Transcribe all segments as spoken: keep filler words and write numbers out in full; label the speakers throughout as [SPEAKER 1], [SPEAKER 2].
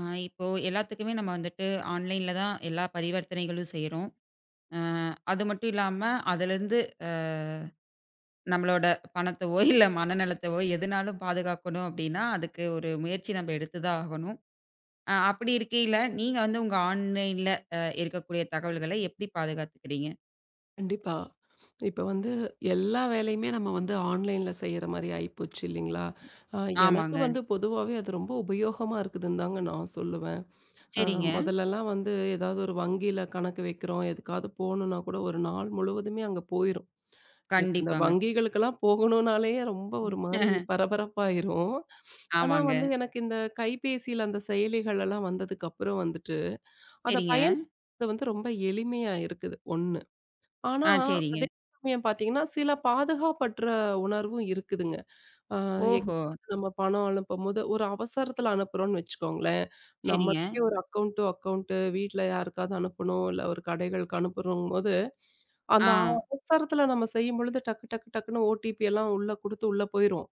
[SPEAKER 1] ஆ இப்போ எல்லாத்துக்குமே நம்ம வந்துட்டு ஆன்லைன்ல தான் எல்லா பரிவர்த்தனைகளும் செய்றோம். அ அது மட்டும் இல்லாம அதிலிருந்து அ நம்மளோட பணத்தவோ, இல்ல மனநலத்தவோ எதுனாலும் பாதுகாக்கணும் அப்டின்னா, அதுக்கு ஒரு முயற்சி நம்ம எடுத்து தான் ஆகணும். அ அப்படி இருக்கையில, நீங்க வந்து உங்க ஆன்லைன்ல அ இருக்கக்கூடிய தகவல்கள எப்படி பாதுகாத்துக்கிறீங்க?
[SPEAKER 2] கண்டிப்பா. இப்ப வந்து எல்லா வேலையுமே நம்ம வந்து ஆன்லைன்ல செய்ற மாரி ஆயிப்போச்சு இல்லைங்களா? அ எனக்கு
[SPEAKER 1] ஆமாங்க.
[SPEAKER 2] வந்து பொதுவாவே அது ரொம்ப உபயோகமா இருக்குதுன்னு தாங்க நான் சொல்லுவேன். அ
[SPEAKER 1] சரிங்க.
[SPEAKER 2] முதல்லலாம் வந்து ஏதாவது ஒரு வங்கியில கணக்கு வைக்கிறோம், எதுக்காவது போணும்னா கூட ஒரு நாள் முழுவதுமே அங்க போயிரும். எனக்கு இந்த
[SPEAKER 1] கண்டிப்பாங்க.
[SPEAKER 2] வங்கிகளுக்கெல்லாம் போகணும்னாலேயே ரொம்ப ஒரு மாரி பரபரப்பாயிரும். ஆனா
[SPEAKER 1] ஆமாங்க.
[SPEAKER 2] வந்து எனக்கு இந்த கைபேசியில அந்த செயலிகள் எல்லாம் வந்ததுக்கு அப்புறம் வந்துட்டு, அத
[SPEAKER 1] சரிங்க.
[SPEAKER 2] பயன் அது வந்து ரொம்ப எளிமையா இருக்குது. ஒண்ணு. ஆனா,
[SPEAKER 1] ஆ சரிங்க.
[SPEAKER 2] அதே சமயம் பார்த்தீங்கன்னா, சில பாதுகாப்பற்ற உணர்வும் இருக்குதுங்க. ஆ
[SPEAKER 1] ஓஹோ!
[SPEAKER 2] எங்கேயாவது நம்ம பணம் அனுப்பும்போது, ஒரு அவசரத்தில அனுப்புறோம்னு வச்சுக்கோங்களேன்,
[SPEAKER 1] சரிங்க.
[SPEAKER 2] நம்மளுக்கே ஒரு அக்கவுண்ட் டூ அக்கவுண்ட் வீட்ல யாருக்காவது அனுப்பணும், இல்ல ஒரு கடைகளுக்கு அனுப்புறோங்கும்போது, அந்த
[SPEAKER 1] ஆ.
[SPEAKER 2] அவசரத்தில நம்ம செய்யும்பொழுது டக்கு டக்கு டக்குன்னு ஓடிபி எல்லாம் உள்ள குடுத்து உள்ள போயிரும்.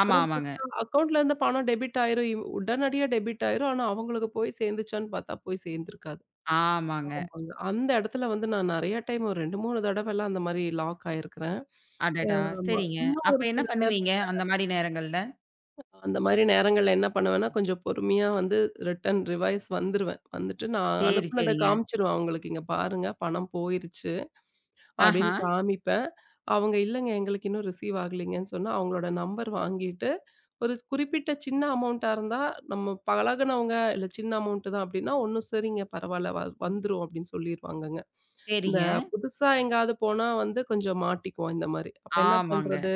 [SPEAKER 1] ஆமா,
[SPEAKER 2] அப்புறம்
[SPEAKER 1] ஆமாங்க.
[SPEAKER 2] பார்த்தா அக்கவுண்ட்ல இருந்து பணம் டெபிட் ஆயிரும். இவ் உடனடியா டெபிட் ஆயிரும். ஆனா, அவங்களுக்கு போய் சேர்ந்துச்சான்னு பார்த்தா போய் சேர்ந்திருக்காது.
[SPEAKER 1] ஆமாங்க.
[SPEAKER 2] ஆமாங்க. அந்த இடத்துல வந்து நான் நெறைய டைம் ஒரு ரெண்டு, மூணு தடவலாம் அந்த மாரி லாக் ஆயிருக்கிறேன்.
[SPEAKER 1] அடடா!
[SPEAKER 2] ஆமா.
[SPEAKER 1] சரிங்க.
[SPEAKER 2] இன்னும்
[SPEAKER 1] அப்ப
[SPEAKER 2] ஒரு
[SPEAKER 1] என்ன
[SPEAKER 2] சில நேரம்
[SPEAKER 1] பண்ணுவீங்க? அந்த மாரி நேரங்கள்ல?
[SPEAKER 2] அந்த மாரி நேரங்கள்ல என்ன பண்ணுவேன்னா, கொஞ்சம் பொறுமையா வந்து ரிட்டர்ன் ரிவைஸ் வந்துருவேன். வந்துட்டு நான்
[SPEAKER 1] சரி,
[SPEAKER 2] அனுப்புனத
[SPEAKER 1] சரிங்க.
[SPEAKER 2] காமிச்சுருவேன் அவங்களுக்கு, "இங்க பாருங்க பணம் போயிருச்சு." அப்படின்னு
[SPEAKER 1] ஆஹா.
[SPEAKER 2] காமிப்பேன். அவங்க இல்லங்க எங்களுக்கு இன்னும் ரிசீவ் ஆகலைங்கன்னு சொன்னா, அவங்களோட நம்பர் வாங்கிட்டு, ஒரு குறிப்பிட்ட சின்ன அமௌண்ட்டா இருந்தா, நம்ம பழகுனவங்க இல்ல சின்ன அமௌண்ட் தான் அப்படின்னா, ஒண்ணும் சரிங்க பரவால்ல வ வந்துரும் அப்படின்னு சொல்லிருவாங்கங்க. இந்த
[SPEAKER 1] சரிங்க.
[SPEAKER 2] புதுசா எங்கேயாவது போனா வந்து கொஞ்சம் மாட்டிக்குவோம் இந்த மாரி. அப்ப என்ன
[SPEAKER 1] ஆமாங்க.
[SPEAKER 2] பண்றது?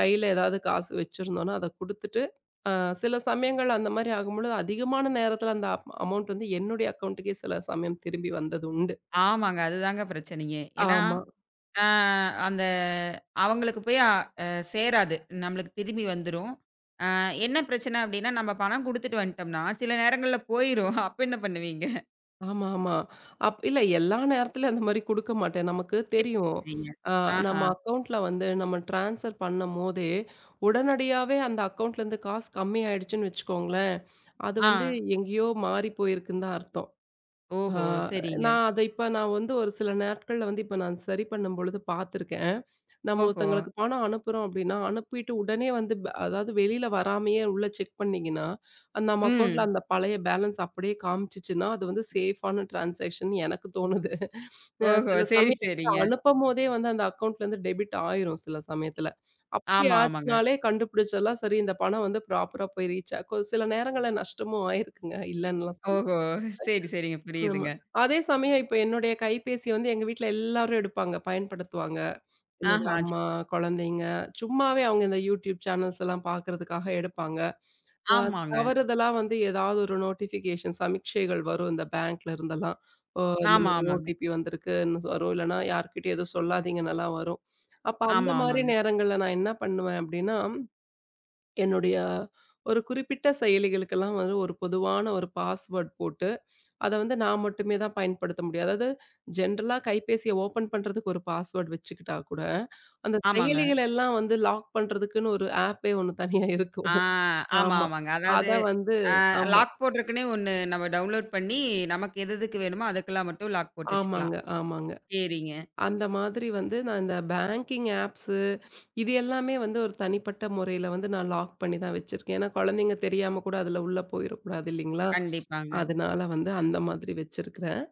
[SPEAKER 2] கையில ஏதாவது காசு வச்சிருந்தோம்னா, அத குடுத்துட்டு, அ சில சமயங்கள் அந்த மாரி ஆகும்பொழுது அதிகமான நேரத்தில அந்த அமௌண்ட் வந்து என்னுடைய அக்கவுண்ட்டுக்கே சில சமயம் திரும்பி வந்தது உண்டு.
[SPEAKER 1] ஆமாங்க. அதுதாங்க பிரச்சனையே. ஏன்னா,
[SPEAKER 2] ஆமா.
[SPEAKER 1] ஆ அந்த அவங்களுக்கு போய் அ சேராது. நம்மளுக்கு திரும்பி வந்துரும். அ என்ன பிரச்சனை அப்டின்னா, நம்ம பணம் குடுத்துட்டு வந்துட்டோம்னா, சில நேரங்கள்ல போயிரும். அப்ப என்ன பண்ணுவீங்க?
[SPEAKER 2] ஆமா, ஆமா. அப் இல்ல எல்லா நேரத்துலயும் அந்த மாரி குடுக்க மாட்டேன். நமக்கு தெரியும்.
[SPEAKER 1] சரிங்க.
[SPEAKER 2] அ நம்ம
[SPEAKER 1] ஆஹா.
[SPEAKER 2] அக்கவுண்ட்ல வந்து நம்ம ட்ரான்ஸ்ஃபர் பண்ணும்போதே, உடனடியாவே அந்த அக்கவுண்ட்லேருந்து காசு கம்மி ஆயிடுச்சுன்னு வச்சுக்கோங்களேன், அது
[SPEAKER 1] ஆ.
[SPEAKER 2] வந்து எங்கேயோ மாறி போயிருக்குன்னு தான் அர்த்தம். ஆ,
[SPEAKER 1] ஓஹோ! சரிங்க.
[SPEAKER 2] நான் அத இப்ப நான் வந்து ஒரு சில நாட்கள்ல வந்து இப்ப நான் சரி பண்ணும்பொழுது பார்த்துருக்கேன். நம்ம
[SPEAKER 1] ஓஹோ!
[SPEAKER 2] ஒருத்தங்களுக்கு பணம் அனுப்புறோம் அப்படின்னா, அனுப்பிட்டு உடனே வந்து பே அதாவது வெளியில வராமயே உள்ள செக் பண்ணீங்கன்னா, நம்ம அக்கவுண்ட்ல
[SPEAKER 1] ம்.
[SPEAKER 2] அந்த பழைய பேலன்ஸ் அப்படியே காமிச்சுச்சுன்னா, அது வந்து சேஃபான டிரான்சாக்ஷன் எனக்கு தோணுது. அ
[SPEAKER 1] ஓஹோ!
[SPEAKER 2] சில
[SPEAKER 1] சரி,
[SPEAKER 2] சமயம்
[SPEAKER 1] சரிங்க.
[SPEAKER 2] அனுப்பம்போதே வந்து அந்த அக்கவுண்ட்லேருந்து டெபிட் ஆயிரும் சில சமயத்துல. அப்படி
[SPEAKER 1] ஆமா, ஆமாங்க.
[SPEAKER 2] ஆச்சுனாலே கண்டுபிடிச்சிடலாம். சரி இந்த பணம் வந்து ப்ராப்பரா போய் ரீச் ஆகும். சில நேரங்கள்ல நஷ்டமும் ஆயிருக்குங்க. இல்லன்னுலாம் சொல்ல
[SPEAKER 1] ஓஹோ! சரி, சரிங்க.
[SPEAKER 2] ஆமா.
[SPEAKER 1] புரியுதுங்க.
[SPEAKER 2] அதே சமயம் இப்ப என்னுடைய கைபேசிய வந்து எங்க வீட்ல எல்லாரும் எடுப்பாங்க, பயன்படுத்துவாங்க. என்னோட
[SPEAKER 1] ஆஹா.
[SPEAKER 2] அம்மா, குழந்தைங்க சும்மாவே அவங்க இந்த YouTube சேனல்ஸ் எல்லாம் பார்க்கறதுக்காக எடுப்பாங்க. அ
[SPEAKER 1] ஆமாங்க.
[SPEAKER 2] தவறுதலா வந்து ஏதாவது ஒரு நோட்டிஃபிகேஷன் சமீட்சைகள் வரும் இந்த பேங்க்ல இருந்தெல்லாம். ஓ இந்த
[SPEAKER 1] ஆமா,
[SPEAKER 2] மாரி
[SPEAKER 1] ஆமாங்க.
[SPEAKER 2] ஓடிபி வந்திருக்குன்னு வரும். இல்லன்னா யார்கிட்டயும் எதுவும் சொல்லாதீங்கன்னுலாம் வரும். அப்ப அந்த
[SPEAKER 1] ஆமா,
[SPEAKER 2] மாரி
[SPEAKER 1] ஆமாங்க.
[SPEAKER 2] நேரங்கள்ல நான் என்ன பண்ணுவேன் அப்டின்னா, என்னுடைய ஒரு குறிப்பிட்ட செயலிகளுக்கெல்லாம் வந்து ஒரு பொதுவான ஒரு பாஸ்வேர்ட் போட்டு அத வந்து நான் மட்டுமே தான் பயன்படுத்த முடியும். அதாவது ஜென்ரலா கைபேசிய ஓப்பன் பண்றதுக்கு ஒரு பாஸ்வேர்ட் வச்சுக்கிட்டா கூட, அந்த
[SPEAKER 1] ஆமாங்க.
[SPEAKER 2] செயலிகள் எல்லாம் வந்து லாக் பண்றதுக்குன்னு ஒரு ஆப்பே ஒண்ணு தனியா
[SPEAKER 1] ஆ
[SPEAKER 2] இருக்கும்.
[SPEAKER 1] ஆமா,
[SPEAKER 2] ஆமா.
[SPEAKER 1] ஆமாங்க. அதாவது
[SPEAKER 2] அத வந்து
[SPEAKER 1] அ
[SPEAKER 2] ஆமா.
[SPEAKER 1] லாக் போடுறக்குன்னே ஒண்ணு நம்ம டவுன்லோட் பண்ணி, நமக்கு எது எதுக்கு வேணுமோ அதுக்கெல்லாம் மட்டும் லாக் போட்டு வச்சுக்கலாம்.
[SPEAKER 2] ஆமாங்க, ஆமாங்க.
[SPEAKER 1] சரிங்க.
[SPEAKER 2] அந்த மாதிரி வந்து நான் இந்த பேங்கிங் ஆப்ஸு இது எல்லாமே வந்து ஒரு தனிப்பட்ட முறையில வந்து நான் லாக் பண்ணி தான் வச்சிருக்கேன். ஏன்னா குழந்தைங்க தெரியாம கூட அதுல உள்ள போயிறக்கூடாது இல்லைங்களா?
[SPEAKER 1] கண்டிப்பாங்க.
[SPEAKER 2] அதனால வந்து அந்த மாதிரி வச்சிருக்கிறேன்.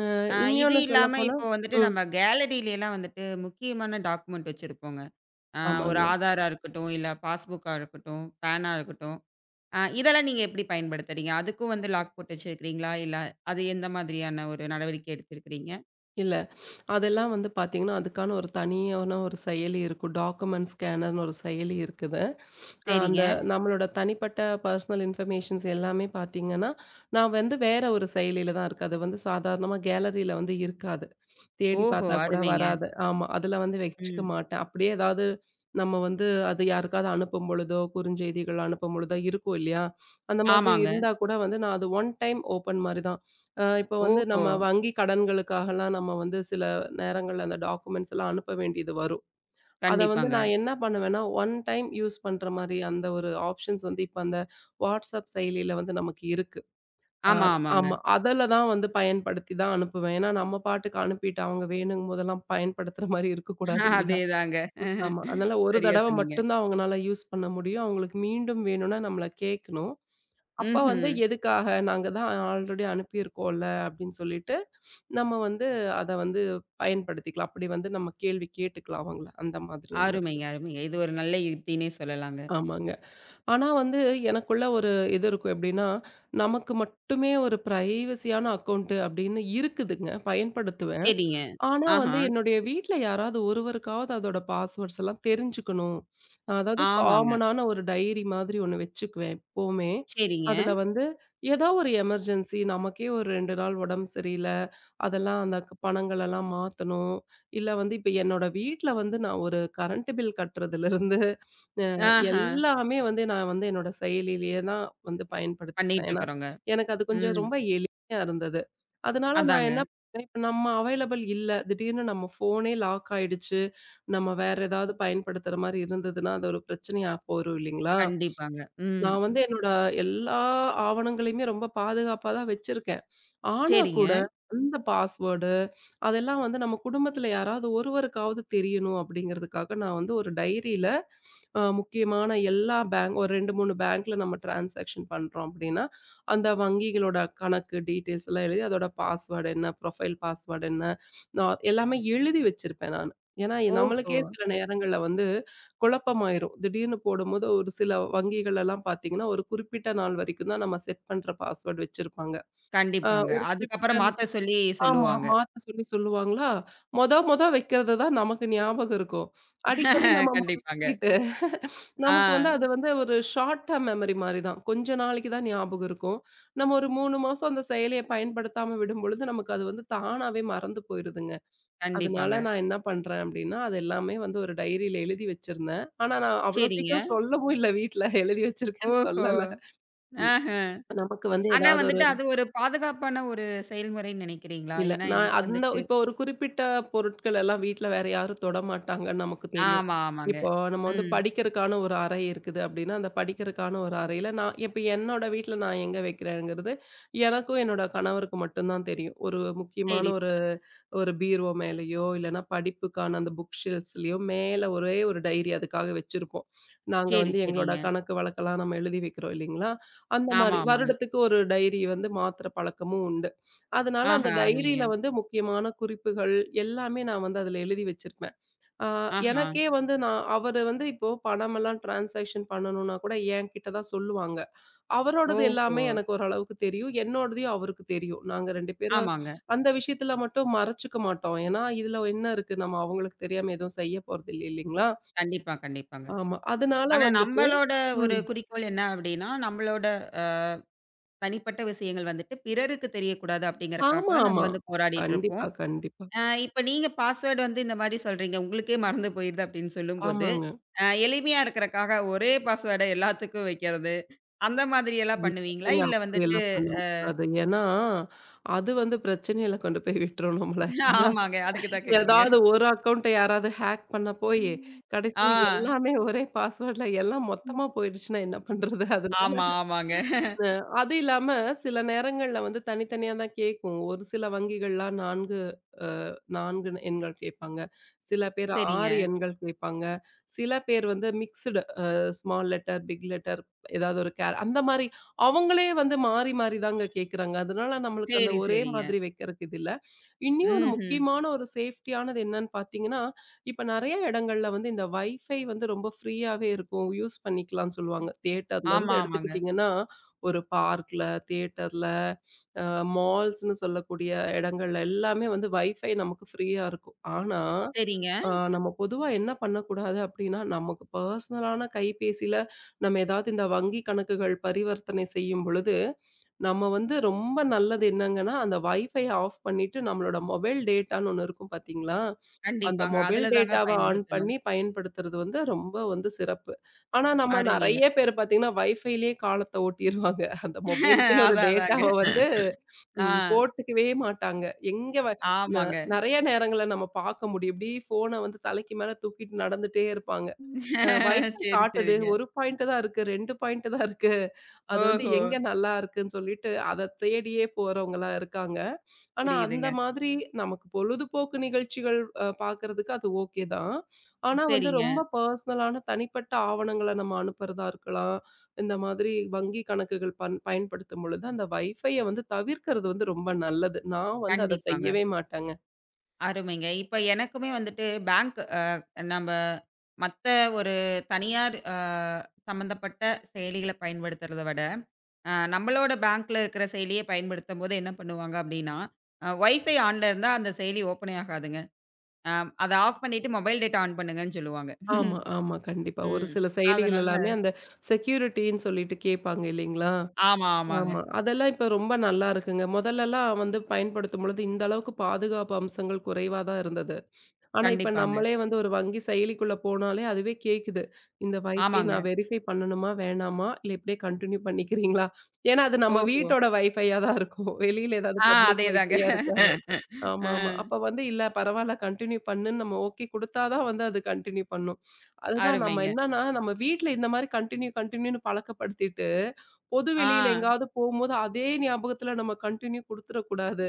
[SPEAKER 2] அ
[SPEAKER 1] அ இது
[SPEAKER 2] இன்னொன்னு
[SPEAKER 1] இல்லாம
[SPEAKER 2] சொல்லப்போனா
[SPEAKER 1] இப்போ வந்துட்டு
[SPEAKER 2] ம்.
[SPEAKER 1] நம்ம கேலரிலலாம் வந்துட்டு முக்கியமான டாக்குமெண்ட் வச்சிருப்போங்க. அ ஒரு
[SPEAKER 2] ஆமாங்க.
[SPEAKER 1] ஆதாரா இருக்கட்டும், இல்ல பாஸ்புக்கா இருக்கட்டும், பேனா இருக்கட்டும். அ இதெல்லாம் நீங்க எப்படி பயன்படுத்துறீங்க? அதுக்கும் வந்து லாக் போட்டு வச்சிருக்கிறீங்களா? இல்ல அது எந்த மாதிரியான ஒரு நடவடிக்கை எடுத்திருக்கிறீங்க?
[SPEAKER 2] இல்ல. அதெல்லாம் வந்து பார்த்தீங்கன்னா, அதுக்கான ஒரு தனியான ஒரு செயலி இருக்கும். டாக்குமெண்ட் ஸ்கேனர்னு ஒரு செயலி இருக்கு. அ அந்த
[SPEAKER 1] சரிங்க.
[SPEAKER 2] நம்மளோட தனிப்பட்ட பர்சனல் இன்ஃபர்மேஷன்ஸ் எல்லாமே பார்த்தீங்கன்னா, நான் வந்து வேற ஒரு செயலில தான் இருக்கு. அது வந்து சாதாரணமா கேலரியில வந்து இருக்காது. தேடி
[SPEAKER 1] ஓஹோ!
[SPEAKER 2] பார்த்தா கூட
[SPEAKER 1] அருமைங்க.
[SPEAKER 2] வராது. ஆமா. அதுல வந்து வச்சுக்க
[SPEAKER 1] ம்.
[SPEAKER 2] மாட்டேன். அப்படியே ஏதாவது நம்ம வந்து அது யாருக்காவது அனுப்பும் பொழுதோ, குறுஞ்செய்திகள் அனுப்பும் பொழுதோ இருக்கும் இல்லையா? அந்த மாதிரி
[SPEAKER 1] ஆமாங்க.
[SPEAKER 2] இருந்தா கூட வந்து நான் அது ஒன் டைம் ஓப்பன் மாரி தான். அ இப்போ வந்து
[SPEAKER 1] ஓஹோ!
[SPEAKER 2] நம்ம வங்கி கடன்களுக்காகலாம் நம்ம வந்து சில நேரங்கள்ல அந்த டாக்குமெண்ட்ஸ் எல்லாம் அனுப்ப வேண்டியது வரும். அத வந்து
[SPEAKER 1] கண்டிப்பாங்க.
[SPEAKER 2] நான் என்ன பண்ணுவேன்னா, ஒன் டைம் யூஸ் பண்ற மாரி அந்த ஒரு ஆப்ஷன்ஸ் வந்து இப்ப அந்த WhatsApp செயலியில வந்து நமக்கு இருக்கு. அ
[SPEAKER 1] ஆமா, ஆமாங்க.
[SPEAKER 2] ஆமா. அதுல தான் வந்து பயன்படுத்தி தான் அனுப்புவேன். ஏன்னா நம்ம பாட்டுக்கு அனுப்பிட்டு அவங்க வேணுங்கும் போதெல்லாம் பயன்படுத்துற மாரி இருக்கக்கூடாது இல்லையா?
[SPEAKER 1] அதேதாங்க.
[SPEAKER 2] ஆமா. அதனால ஒரு
[SPEAKER 1] சரியா
[SPEAKER 2] தடவ
[SPEAKER 1] சொன்னீங்க.
[SPEAKER 2] மட்டும் தான் அவங்கனால யூஸ் பண்ண முடியும். அவங்களுக்கு மீண்டும் வேணும்னா நம்மள கேட்கணும். அப்ப
[SPEAKER 1] ம்ஹ்ம்.
[SPEAKER 2] வந்து எதுக்காக நாங்க தான் ஆல்ரெடி அனுப்பியிருக்கோம்ல அப்படின்னு சொல்லிட்டு, நம்ம வந்து அத வந்து பயன்படுத்திக்கலாம். அப்படி வந்து நம்ம கேள்வி கேட்டுக்கலாம் அவங்கள. அந்த மாதிரி ஒண்ணு இருக்கு.
[SPEAKER 1] அருமைங்க, அருமைங்க. இது ஒரு நல்ல யுக்தின்னே சொல்லலாங்க.
[SPEAKER 2] ஆமாங்க. ஆனா வந்து எனக்குள்ள ஒரு இது இருக்கும். எப்படின்னா, நமக்கு மட்டுமே ஒரு பிரைவசியான அக்கவுண்ட் அப்படின்னு இருக்குதுங்க. பயன்படுத்துவேன்.
[SPEAKER 1] சரிங்க.
[SPEAKER 2] ஆனா
[SPEAKER 1] ஆஹா.
[SPEAKER 2] வந்து என்னுடைய வீட்ல யாராவது ஒருவருக்காவது அதோட பாஸ்வேர்ட்ஸ் எல்லாம் தெரிஞ்சுக்கணும். அதாவது
[SPEAKER 1] ஆமாங்க.
[SPEAKER 2] காமனான ஒரு டைரி மாதிரி ஒண்ணு வச்சுக்குவேன் எப்பவுமே.
[SPEAKER 1] சரிங்க.
[SPEAKER 2] அதுல வந்து ஏதோ ஒரு எமர்ஜென்சி நமக்கே ஒரு ரெண்டு நாள் உடம்பு சரியில்ல அதெல்லாம் அந்த க- பணங்களெல்லாம் மாற்றணும் இல்லை வந்து இப்போ என்னோட வீட்டில் வந்து நான் ஒரு கரண்ட் பில் கட்டுறதுலேருந்து
[SPEAKER 1] ஆஹா.
[SPEAKER 2] எல்லாமே வந்து நான் வந்து என்னோட செயலிலேயே தான் வந்து பயன்படுத்திக்கிறேன்
[SPEAKER 1] பண்ணிட்டு
[SPEAKER 2] ஏன்னா
[SPEAKER 1] இருக்கிறோங்க.
[SPEAKER 2] எனக்கு அது கொஞ்சம்
[SPEAKER 1] ம்.
[SPEAKER 2] ரொம்ப எளிமையாக இருந்தது அதனால நான்
[SPEAKER 1] அதாங்க.
[SPEAKER 2] என்ன பண்ணேன், இப்போ நம்ம அவைலபிள் இல்லை திடீர்னு நம்ம ஃபோனே லாக் ஆயிடுச்சு நம்ம வேற ஏதாவது பயன்படுத்துற மாதிரி இருந்ததுன்னா அது ஒரு பிரச்சனையா போயிரும் இல்லைங்களா
[SPEAKER 1] கண்டிப்பாங்க. ம்.
[SPEAKER 2] நான் வந்து என்னோட எல்லா ஆவணங்களையுமே ரொம்ப பாதுகாப்பா தான் வச்சிருக்கேன். ஆனா
[SPEAKER 1] சரிங்க.
[SPEAKER 2] கூட அந்த பாஸ்வேர்டு அதெல்லாம் வந்து நம்ம குடும்பத்துல யாராவது ஒருவருக்காவது தெரியணும் அப்படிங்கிறதுக்காக நான் வந்து ஒரு டைரியில அ முக்கியமான எல்லா பேங்க் ஒரு ரெண்டு, மூணு பேங்க்ல நம்ம டிரான்சாக்ஷன் பண்றோம் அப்படின்னா, அந்த வங்கிகளோட கணக்கு டீட்டெயில்ஸ் எல்லாம் எழுதி அதோட பாஸ்வேர்டு என்ன, ப்ரொஃபைல் பாஸ்வேர்டு என்ன, நான் எல்லாமே எழுதி வச்சிருப்பேன் நானு. ஏன்னா
[SPEAKER 1] ஓஹோ!
[SPEAKER 2] நம்மளுக்கே சில நேரங்கள்ல வந்து குழப்பமாயிரும். திடீர்னு போடும்போது ஒரு சில வங்கிகள் எல்லாம் பார்த்தீங்கன்னா, ஒரு குறிப்பிட்ட நாள் வரைக்கும் தான் நம்ம செட் பண்ற பாஸ்வேர்ட் வச்சிருப்பாங்க. அ
[SPEAKER 1] கண்டிப்பாங்க.
[SPEAKER 2] ஒரு குறிப்பிட்ட
[SPEAKER 1] அதுக்கப்புறம்
[SPEAKER 2] நா
[SPEAKER 1] மாத்த சொல்லி
[SPEAKER 2] ஆமா.
[SPEAKER 1] சொல்லுவாங்க.
[SPEAKER 2] மாத்த சொல்லி சொல்லுவாங்களா, மொத மொத வைக்கிறது தான் நமக்கு ஞாபகம் இருக்கும். அடிக்கடி நம்ம
[SPEAKER 1] கண்டிப்பாங்க.
[SPEAKER 2] மாத்திட்டு, நமக்கு வந்து
[SPEAKER 1] ஆ.
[SPEAKER 2] அது வந்து ஒரு ஷார்ட் டேர்ம் மெமரி மாரி தான். கொஞ்ச நாளைக்கு தான் ஞாபகம் இருக்கும். நம்ம ஒரு மூணு மாசம் அந்த செயலிய பயன்படுத்தாம விடும்பொழுது, நமக்கு அது வந்து தானாவே மறந்து போயிருதுங்க.
[SPEAKER 1] கண்டிப்பாங்க.
[SPEAKER 2] அதனால நான் என்ன பண்றேன் அப்டின்னா, அது எல்லாமே வந்து ஒரு டைரியில எழுதி வச்சிருந்தேன். ஆனா, நான் அவ்ளோ
[SPEAKER 1] சரிங்க.
[SPEAKER 2] சீக்கிரம் சொல்லவும் இல்ல வீட்ல. எழுதி வச்சிருக்கேன்னு
[SPEAKER 1] ஓஹோ!
[SPEAKER 2] சொல்லல. ம்.
[SPEAKER 1] ஆஹ.
[SPEAKER 2] நமக்கு வந்து
[SPEAKER 1] ஆனா
[SPEAKER 2] ஏதாவது ஒரு
[SPEAKER 1] வந்துட்டு அது ஒரு பாதுகாப்பான ஒரு செயல்முறைன்னு நினைக்கிறீங்களா?
[SPEAKER 2] இல்ல.
[SPEAKER 1] ஏன்னா
[SPEAKER 2] நான்
[SPEAKER 1] எனக்கு
[SPEAKER 2] அந்த
[SPEAKER 1] வந்துட்டு
[SPEAKER 2] இப்போ ஒரு குறிப்பிட்ட பொருட்கள் எல்லாம் வீட்ல வேற யாரும் தொடமாட்டாங்கன்னு நமக்கு தெரியும்.
[SPEAKER 1] ஆமா, ஆமாங்க.
[SPEAKER 2] இப்போ நம்ம வந்து
[SPEAKER 1] ம்.
[SPEAKER 2] படிக்கிறக்கான ஒரு அறை இருக்குது அப்படின்னா, அந்த படிக்கிறக்கான ஒரு அறையில நான் இப்ப என்னோட வீட்ல நான் எங்க வைக்கிறேங்கிறது, எனக்கும் என்னோட கணவருக்கு மட்டும் தான் தெரியும். ஒரு முக்கியமான
[SPEAKER 1] சரி.
[SPEAKER 2] ஒரு ஒரு பீரோ மேலயோ, இல்லன்னா படிப்புக்கான அந்த புக் ஷெல்ஃப்ஸ்லயோ மேல ஒரே ஒரு டைரி அதுக்காக வச்சிருப்போம். நாங்க
[SPEAKER 1] சரி,
[SPEAKER 2] வந்து எங்களோட
[SPEAKER 1] சரிங்க.
[SPEAKER 2] கணக்கு வழக்கெல்லாம் நம்ம எழுதி வைக்கிறோம் இல்லைங்களா? அந்த
[SPEAKER 1] ஆமா,
[SPEAKER 2] மாரி
[SPEAKER 1] ஆமாங்க.
[SPEAKER 2] வருடத்துக்கு ஒரு டைரி வந்து மாத்துற பழக்கமும் உண்டு. அதனால
[SPEAKER 1] ஆஹா,
[SPEAKER 2] அந்த
[SPEAKER 1] அருமைங்க.
[SPEAKER 2] டைரியில வந்து முக்கியமான குறிப்புகள் எல்லாமே நான் வந்து அதில எழுதி வச்சிருப்பேன். ஆ
[SPEAKER 1] ஆஹா.
[SPEAKER 2] எனக்கே வந்து நான் அவரு வந்து இப்போ பணமெல்லாம் டிரான்சாக்ஷன் பண்ணணும்னா கூட என்கிட்ட தான் சொல்லுவாங்க. அவரோடது
[SPEAKER 1] ஓஹோ!
[SPEAKER 2] எல்லாமே எனக்கு ஓரளவுக்கு தெரியும். என்னோடதையும் அவருக்கு தெரியும். நாங்க ரெண்டு பேரும்
[SPEAKER 1] ஆமாங்க.
[SPEAKER 2] அந்த விஷயத்துல மட்டும் மறைச்சுக்க மாட்டோம். ஏன்னா, இதுல என்ன இருக்கு? நம்ம அவங்களுக்கு தெரியாம எதுவும் செய்ய போறதில்ல இல்லைங்களா?
[SPEAKER 1] கண்டிப்பா, கண்டிப்பாங்க.
[SPEAKER 2] ஆமா. அதனால
[SPEAKER 1] ஆனா
[SPEAKER 2] வந்துட்டு
[SPEAKER 1] நம்பளோட ஒரு
[SPEAKER 2] ம்.
[SPEAKER 1] குறிக்கோள் என்ன அப்டின்னா, நம்பளோட அ தனிப்பட்ட விஷயங்கள் வந்துட்டு பிறருக்கு தெரியக்கூடாது அப்டிங்கறக்காக
[SPEAKER 2] ஆமா,
[SPEAKER 1] தான் நம்ம
[SPEAKER 2] ஆமா.
[SPEAKER 1] வந்து போராடிட்டு இருப்போம்.
[SPEAKER 2] கண்டிப்பா, கண்டிப்பா.
[SPEAKER 1] அ இப்ப நீங்க பாஸ்வேர்ட் வந்து இந்த மாரி சொல்றீங்க. உங்களுக்கே மறந்து போயிருது அப்டின்னு சொல்லும்போது,
[SPEAKER 2] ஆமாங்க.
[SPEAKER 1] அ எளிமையா இருக்கறக்காக ஒரே பாஸ்வேர்ட எல்லாத்துக்கும் வைக்கிறது, அந்த மாதிரி எல்லாம் பண்ணுவீங்களா?
[SPEAKER 2] இல்லங்க.
[SPEAKER 1] இல்ல வந்துட்டு
[SPEAKER 2] அப்படியெல்லாம் பண்ணக்கூடாது. ஏன்னா, அது வந்து பிரச்சனையில கொண்டு போய் விட்டுரும் நம்மள.
[SPEAKER 1] ஆமாங்க. அதுக்கு தான் கேட்கறேங்க.
[SPEAKER 2] ஏதாவது ஒரு அக்கவுண்ட்ட யாராவது ஹேக் பண்ண போயி,
[SPEAKER 1] ம். ஆ.
[SPEAKER 2] கடைசியில எல்லாமே ஒரே பாஸ்வேர்ட்ல எல்லாம்
[SPEAKER 1] ம்.
[SPEAKER 2] மொத்தமா போயிடுச்சுன்னா என்ன பண்றது?
[SPEAKER 1] ஆமா, ஆமாங்க.
[SPEAKER 2] அ அது இல்லாம சில நேரங்கள்ல வந்து தனித்தனியா தான் கேக்கும். ஒரு சில வங்கிகள்லாம் நான்கு அ நான்கு எண்கள் கேட்பாங்க. சில பேர்
[SPEAKER 1] சரிங்க.
[SPEAKER 2] ஆறு எண்கள் கேட்பாங்க. சில பேர் வந்து mixed a small letter, big letter ஏதாவது ஒரு கேர் அந்த மாரி அவங்களே வந்து மாறி மாறி தாங்க கேட்குறாங்க. அதனால நம்மளுக்கு அந்த
[SPEAKER 1] சரி,
[SPEAKER 2] ஒரே
[SPEAKER 1] சரிங்க.
[SPEAKER 2] மாதிரி வைக்கிறக்கு இது இல்ல. இன்னும் ஒரு
[SPEAKER 1] ம்ஹ்ம்.
[SPEAKER 2] முக்கியமான ஒரு சேஃப்டியானது என்னன்னு பார்த்தீங்கன்னா, இப்ப நெறைய இடங்கள்ல வந்து இந்த வைஃபை வந்து ரொம்ப ஃப்ரீயாவே இருக்கும். யூஸ் பண்ணிக்கலாம்னு சொல்லுவாங்க.
[SPEAKER 1] ஆமா,
[SPEAKER 2] தியேட்டர்லருந்து
[SPEAKER 1] ஆமாங்க.
[SPEAKER 2] எடுத்துக்கிட்டீங்கன்னா ஒரு பார்க்ல, தியேட்டர்ல, அ மால்ஸ்ன்னு சொல்லக்கூடிய இடங்கள்ல எல்லாமே வந்து வைஃபை நமக்கு ஃப்ரீயா இருக்கும். ஆனா,
[SPEAKER 1] சரிங்க.
[SPEAKER 2] அ நம்ம பொதுவா என்ன பண்ணக்கூடாது அப்டின்னா, நமக்கு பர்சனலான கைபேசில நம்ம ஏதாவது இந்த வங்கி கணக்குகள் பரிவர்த்தனை செய்யும் பொழுது, நம்ம வந்து ரொம்ப நல்லது என்னங்கன்னா, அந்த வைஃபை ஆஃப் பண்ணிட்டு நம்மளோட மொபைல் டேட்டான்னு ஒண்ணு இருக்கும் பார்த்தீங்களா? அந்த
[SPEAKER 1] கண்டிப்பாங்க.
[SPEAKER 2] மொபைல்
[SPEAKER 1] அதுல தாங்க
[SPEAKER 2] டேட்டாவ ஆன்
[SPEAKER 1] பயன்படுத்தணும்.
[SPEAKER 2] பண்ணி பயன்படுத்துறது வந்து ரொம்ப வந்து சிறப்பு. ஆனா நம்ம
[SPEAKER 1] அருமைங்க.
[SPEAKER 2] நெறைய பேர் பார்த்தீங்கன்னா, வைஃபைலயே காலத்த ஓட்டிருவாங்க. அந்த மொபைலுக்குன்னு ஒரு
[SPEAKER 1] அதான், அதாங்க.
[SPEAKER 2] டேட்டாவ வந்து
[SPEAKER 1] ஆ.
[SPEAKER 2] ம் போட்டுக்கவே மாட்டாங்க. எங்க வ ந
[SPEAKER 1] ஆமாங்க.
[SPEAKER 2] நெறைய நேரங்கள்ல நம்ம பார்க்க முடியும். இப்டி ஃபோன வந்து தலைக்கு மேல தூக்கிட்டு நடந்துட்டே இருப்பாங்க. அ வைஃபை
[SPEAKER 1] சரி,
[SPEAKER 2] காட்டுது
[SPEAKER 1] சரிங்க.
[SPEAKER 2] ஒரு பாயிண்ட் தான் இருக்கு, ரெண்டு பாயிண்ட் தான் இருக்கு. அது வந்து
[SPEAKER 1] ஓஹோ!
[SPEAKER 2] எங்க நல்லா இருக்குன்னு சொல்லிட்டு அத தேடியே போறவங்களா இருக்காங்க. ஆனா, அந்த
[SPEAKER 1] புரியுதுங்க.
[SPEAKER 2] மாதிரி நமக்கு பொழுதுபோக்கு நிகழ்ச்சிகள் அ பார்க்கறதுக்கு அது ஓகே தான். ஆனா வந்து
[SPEAKER 1] சரிங்க.
[SPEAKER 2] ரொம்ப பர்சனலான தனிப்பட்ட ஆவணங்கள நம்ம அனுப்புறதா இருக்கலாம். இந்த மாதிரி வங்கி கணக்குகள் பன் பயன்படுத்தும் பொழுது அந்த வைஃபைய வந்து தவிர்க்கிறது வந்து ரொம்ப நல்லது. நான் வந்து அத
[SPEAKER 1] கண்டிப்பாங்க.
[SPEAKER 2] செய்யவே மாட்டேங்க.
[SPEAKER 1] அருமைங்க. இப்ப எனக்குமே வந்துட்டு பேங்க் அ நம்ப மத்த ஒரு தனியார் அ சம்மந்தப்பட்ட செயலிகள பயன்படுத்துறத விட அ நம்மளோட பேங்க்ல இருக்கிற செயலிய பயன்படுத்தும்போது என்ன பண்ணுவாங்க அப்டின்னா, அ வைஃபை ஆன்ல இருந்தா அந்த செயலி ஓப்பனே ஆகாதுங்க. அ அத ஆஃப் பண்ணிட்டு மொபைல் டேட்டா ஆன் பண்ணுங்கன்னு சொல்லுவாங்க.
[SPEAKER 2] ஆமா, ஆமா. கண்டிப்பா. ஒரு
[SPEAKER 1] ம்.
[SPEAKER 2] சில செயலிகள் எல்லாமே
[SPEAKER 1] அதனால
[SPEAKER 2] அந்த செக்யூரிட்டின்னு சொல்லிட்டு கேட்பாங்க இல்லைங்களா?
[SPEAKER 1] ஆமா, ஆமாங்க.
[SPEAKER 2] ஆமா. அதெல்லாம் இப்ப ரொம்ப நல்லா இருக்குங்க. முதல்லலாம் வந்து பயன்படுத்தும்பொழுது, இந்த அளவுக்கு பாதுகாப்பு அம்சங்கள் குறைவா தான் இருந்தது. ஆனா, இப்ப
[SPEAKER 1] கண்டிப்பாங்க.
[SPEAKER 2] நம்மளே வந்து ஒரு வங்கி செயலிக்குள்ள போனாலே அதுவே கேக்குது. இந்த வைஃபை
[SPEAKER 1] ஆமாங்க.
[SPEAKER 2] நான் வெரிஃபை பண்ணணுமா? வேணாமா? இல்ல இப்படியே கன்டின்யூ பண்ணிக்கிறீங்களா? ஏன்னா, அது நம்ம
[SPEAKER 1] ஓஹோ!
[SPEAKER 2] வீட்டோட வைஃபையா தான் இருக்கும். வெளியில ஏதாவது
[SPEAKER 1] ஆ
[SPEAKER 2] பப்ளிக்
[SPEAKER 1] அதேதாங்க.
[SPEAKER 2] வைஃபையா இருக்காது. ஆமாமா.
[SPEAKER 1] அ
[SPEAKER 2] அப்ப வந்து இல்ல பரவால்ல கன்டின்யூ பண்ணுன்னு நம்ம ஓகே குடுத்தா தான் வந்து அது கன்டின்யூ பண்ணும். அதுதான் நம்ம
[SPEAKER 1] அருமைங்க.
[SPEAKER 2] என்னன்னா, நம்ம வீட்ல இந்த மாரி கன்டின்யூ கன்டின்யூன்னு பழக்கப்படுத்திட்டு, பொது
[SPEAKER 1] ஆ
[SPEAKER 2] வெளியில எங்காவது போம்போது அதே ஞாபகத்துல நம்ம கன்டின்யூ குடுத்துறக்கூடாது.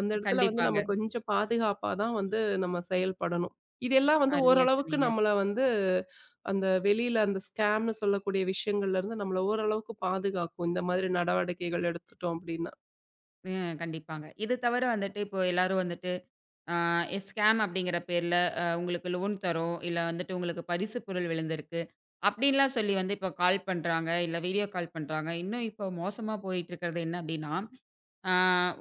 [SPEAKER 2] அந்த இடத்துல வந்து
[SPEAKER 1] கண்டிப்பாங்க.
[SPEAKER 2] நம்ம கொஞ்சம் பாதுகாப்பா தான் வந்து நம்ம செயல்படணும். இதெல்லாம் வந்து
[SPEAKER 1] அருமையா
[SPEAKER 2] ஓரளவுக்கு
[SPEAKER 1] சொன்னீங்க.
[SPEAKER 2] நம்மள வந்து அந்த வெளியில அந்த ஸ்கேம்ன்னு சொல்லக்கூடிய விஷயங்கள்ல இருந்து நம்மள ஓரளவுக்கு பாதுகாக்கும். இந்த மாதிரி நடவடிக்கைகள் எடுத்துட்டோம் அப்டின்னா.
[SPEAKER 1] ம் கண்டிப்பாங்க. இது தவிர வந்துட்டு இப்போ எல்லாரும் வந்துட்டு ஆ ஸ்கேம் அப்படிங்கிற பேர்ல அ உங்களுக்கு லோன் தரோம். இல்ல வந்துட்டு உங்களுக்கு பரிசு பொருள் விழுந்திருக்கு. அப்படின்லாம் சொல்லி வந்து இப்போ கால் பண்றாங்க. இல்ல வீடியோ கால் பண்றாங்க. இன்னும் இப்போ மோசமா போயிட்டு இருக்கிறது என்ன அப்படின்னா, ஆ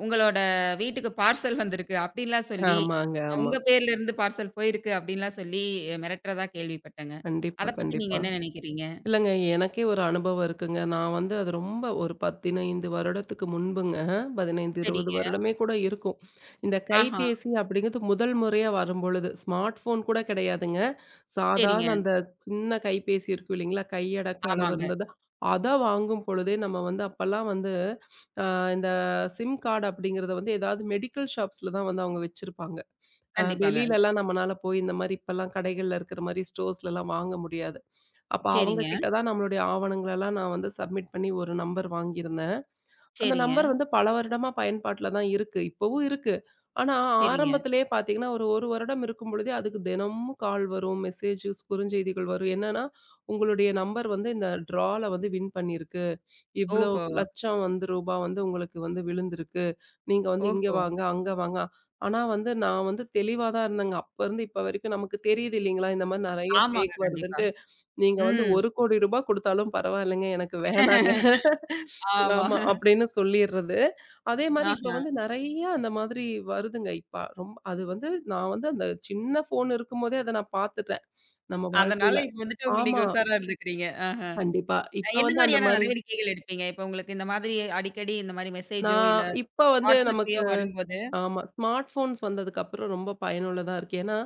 [SPEAKER 1] உங்களோட வீட்டுக்கு பார்சல் வந்திருக்கு அப்படின்லாம் சொல்லி,
[SPEAKER 2] ஆமாங்க, ஆமா.
[SPEAKER 1] உங்க பேர்ல இருந்து பார்சல் போயிருக்கு அப்படின்லாம் சொல்லி அஹ் மிரட்டுறதா கேள்விப்பட்டேங்க.
[SPEAKER 2] கண்டிப்பா,
[SPEAKER 1] அத பத்தி நீங்க
[SPEAKER 2] கண்டிப்பா.
[SPEAKER 1] என்ன நினைக்கிறீங்க?
[SPEAKER 2] இல்லங்க. எனக்கே ஒரு அனுபவம் இருக்குங்க. நான் வந்து அது ரொம்ப ஒரு பதினைந்து வருடத்துக்கு முன்புங்க. பதினைந்து, இருபது
[SPEAKER 1] சரிங்க.
[SPEAKER 2] வருடமே கூட இருக்கும். இந்த
[SPEAKER 1] ஆஹா.
[SPEAKER 2] கைபேசி அப்படிங்கிறது முதல் முறையா வரும்பொழுது, ஸ்மார்ட் ஃபோன் கூட கிடையாதுங்க.
[SPEAKER 1] சரிங்க.
[SPEAKER 2] சாதாரண அந்த சின்ன கைபேசி இருக்கும் இல்லைங்களா? கையடக்க அளவு
[SPEAKER 1] ஆமாங்க.
[SPEAKER 2] இருந்தது. அத வாங்கும் பொழுதே நம்ம வந்து அப்பலாம் வந்து அ இந்த சிம் கார்டு அப்படிங்கிறத வந்து ஏதாவது மெடிக்கல் ஷாப்ஸ்ல தான் வந்து அவங்க வச்சிருப்பாங்க. அ
[SPEAKER 1] கண்டிப்பாங்க.
[SPEAKER 2] வெளியிலலாம் நம்மனால போய் இந்த மாரி இப்பலாம் கடைகள்ல இருக்கிற மாரி ஸ்டோர்ஸ்லலாம் வாங்க முடியாது. அப்ப அவங்க
[SPEAKER 1] சரிங்க,
[SPEAKER 2] கிட்ட தான் நம்மளுடைய ஆவணங்கள எல்லாம் நான் வந்து சப்மிட் பண்ணி ஒரு நம்பர் வாங்கியிருந்தேன். அந்த
[SPEAKER 1] சரிங்க,
[SPEAKER 2] நம்பர் வந்து பல வருடமா பயன்பாட்டுல தான் இருக்கு. இப்பவும் இருக்கு. ஆனா
[SPEAKER 1] சரிங்க.
[SPEAKER 2] ஆரம்பத்திலேயே பார்த்தீங்கன்னா, ஒரு 1 வருடம் இருக்கும் பொழுதே அதுக்கு தினமும் கால் வரும், மெசேஜஸ், குறுஞ்செய்திகள் வரும். என்னன்னா, "உங்களுடைய நம்பர் வந்து இந்த ட்ரால வந்து வின் பண்ணியிருக்கு. இவ்ளோ
[SPEAKER 1] ஓஹோ!
[SPEAKER 2] லட்சம் வந்து ரூபா வந்து உங்களுக்கு வந்து விழுந்திருக்கு. நீங்க வந்து இங்க
[SPEAKER 1] ஓஹோ!
[SPEAKER 2] வாங்க, அங்க வாங்க." ஆனா வந்து நான் வந்து தெளிவா தான் இருந்தேங்க. அப்ப இருந்து இப்ப வரைக்கும் நமக்கு தெரியுது இல்லீங்களா? இந்த மாரி நெறைய
[SPEAKER 1] ஆமாங்க.
[SPEAKER 2] ஃபேக்
[SPEAKER 1] கண்டிப்பா.
[SPEAKER 2] வருதுன்ட்டு. நீங்க வந்து
[SPEAKER 1] ம்.
[SPEAKER 2] ஒரு கோடி ரூபா குடுத்தாலும் பரவாயில்லங்க, எனக்கு வேணாங்க.
[SPEAKER 1] ஆமா.
[SPEAKER 2] ஆமா, அப்படின்னு சொல்லிர்றது. அதே மாரி இப்ப
[SPEAKER 1] ஆஹா.
[SPEAKER 2] வந்து நெறைய அந்த மாதிரி வருதுங்க இப்ப. ரொம்ப அது வந்து நான் வந்து அந்த சின்ன ஃபோன் இருக்கும்போதே அத நான் பாத்துட்டேன், நம்ம
[SPEAKER 1] அதனால
[SPEAKER 2] வாழ்க்கையில.
[SPEAKER 1] இப்ப வந்துட்டு உங்க நீங்க
[SPEAKER 2] ஆமா,
[SPEAKER 1] உஷாரா இருந்துக்கிறீங்க. ஆஹ.
[SPEAKER 2] கண்டிப்பா. இப்ப
[SPEAKER 1] என்ன
[SPEAKER 2] வந்து அந்த
[SPEAKER 1] மாரியான
[SPEAKER 2] மாரி
[SPEAKER 1] நடவடிக்கைகள் எடுப்பீங்க? இப்ப உங்களுக்கு இந்த மாதிரி அடிக்கடி இந்த மாரி மெசேஜோ,
[SPEAKER 2] நான்
[SPEAKER 1] இல்ல
[SPEAKER 2] இப்ப வந்து
[SPEAKER 1] WhatsAppலயோ
[SPEAKER 2] நமக்கு
[SPEAKER 1] வரும்போது
[SPEAKER 2] ஆமா, ஸ்மார்ட் ஃபோன்ஸ் வந்ததுக்கப்புறம் ரொம்ப பயனுள்ளதா இருக்கு. ஏன்னா,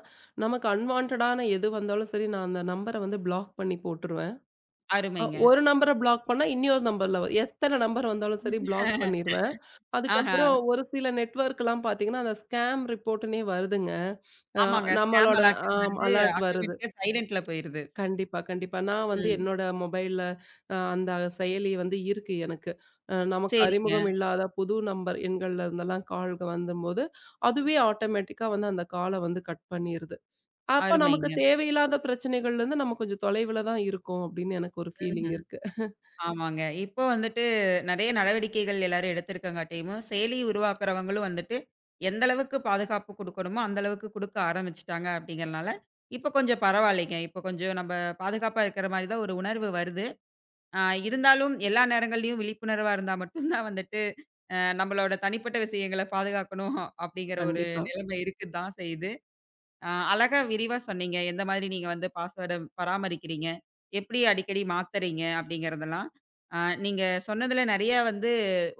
[SPEAKER 2] நமக்கு அன்வான்டடான எது வந்தாலும் சரி, நான் அந்த நம்பர வந்து பிளாக் பண்ணி போட்டுருவேன். அ
[SPEAKER 1] அருமைங்க.
[SPEAKER 2] ஒரு நம்பர பிளாக் பண்ணா, இன்னியொரு நம்பர்ல வரும். எத்தன நம்பர் வந்தாலும் சரி பிளாக் பண்ணிருவேன்.
[SPEAKER 1] ஆஹா.
[SPEAKER 2] அதுக்கப்புறம் ஒரு சில நெட்வொர்க்லாம் பார்த்தீங்கன்னா, அந்த ஸ்கேம் ரிப்போர்ட்ன்னே வருதுங்க. அ
[SPEAKER 1] ஆமாங்க. ஸ்கேம்
[SPEAKER 2] நம்மளோட
[SPEAKER 1] அலர்ட்ன்னு
[SPEAKER 2] ஆம்
[SPEAKER 1] வருது.
[SPEAKER 2] அலர்ட் வருது.
[SPEAKER 1] ஆட்டோமேட்டிக்கா சைலன்ட்ல போயிருது.
[SPEAKER 2] கண்டிப்பா, கண்டிப்பா. நான் வந்து
[SPEAKER 1] ம்.
[SPEAKER 2] என்னோட மொபைல்ல அ அந்த செயலி வந்து இருக்கு எனக்கு. அ நமக்கு
[SPEAKER 1] சரிங்க.
[SPEAKER 2] அறிமுகம் இல்லாத புது நம்பர் எண்கள்ல இருந்தெல்லாம் கால்க வந்தும்போது, அதுவே ஆட்டோமேட்டிக்கா வந்து அந்த கால வந்து கட் பண்ணிருது. அப்ப நமக்கு
[SPEAKER 1] அருமைங்க.
[SPEAKER 2] தேவையில்லாத பிரச்சனைகள்லருந்து நம்ம கொஞ்சம் தொலைவுல தான் இருக்கோம் அப்படின்னு எனக்கு ஒரு ஃபீலிங்
[SPEAKER 1] ம்ஹ்ம்.
[SPEAKER 2] இருக்கு.
[SPEAKER 1] ஆமாங்க. இப்போ வந்துட்டு நெறைய நடவடிக்கைகள் எல்லாரும் எடுத்திருக்கங்காட்டியும், செயலி உருவாக்குறவங்களும் வந்துட்டு, எந்த அளவுக்கு பாதுகாப்பு குடுக்கணுமோ, அந்த அளவுக்கு குடுக்க ஆரம்பிச்சுட்டாங்க அப்படிங்கிறனால, இப்ப கொஞ்சம் பரவாயில்லைங்க. இப்ப கொஞ்சம் நம்ப பாதுகாப்பா இருக்கிற மாரி தான் ஒரு உணர்வு வருது. அ இருந்தாலும் எல்லா நேரங்கள்லயும் விழிப்புணர்வா இருந்தா மட்டும் தான் வந்துட்டு, அ நம்பளோட தனிப்பட்ட விஷயங்கள பாதுகாக்கணும் அப்படிங்கிற ஒரு
[SPEAKER 2] கண்டிப்பா.
[SPEAKER 1] நிலைமை இருக்குதான் செய்யுது. அ அழகா விரிவா சொன்னீங்க. எந்த மாதிரி நீங்க வந்து பாஸ்வேர்ட பராமரிக்கிறீங்க? எப்படி அடிக்கடி மாத்துறீங்க? அப்படிங்கிறதெல்லாம். அ நீங்க சொன்னதுல நெறைய வந்து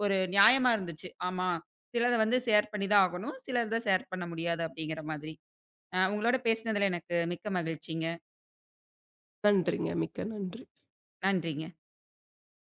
[SPEAKER 1] ஒரு நியாயமா இருந்துச்சு. ஆமா, சிலத வந்து ஷேர் பண்ணி தான் ஆகணும். சிலத ஷேர் பண்ண முடியாது அப்படிங்கிற மாதிரி. அ உங்களோட பேசினதுல எனக்கு மிக்க மகிழ்ச்சிங்க.
[SPEAKER 2] நன்றிங்க. மிக்க நன்றி.
[SPEAKER 1] நன்றிங்க.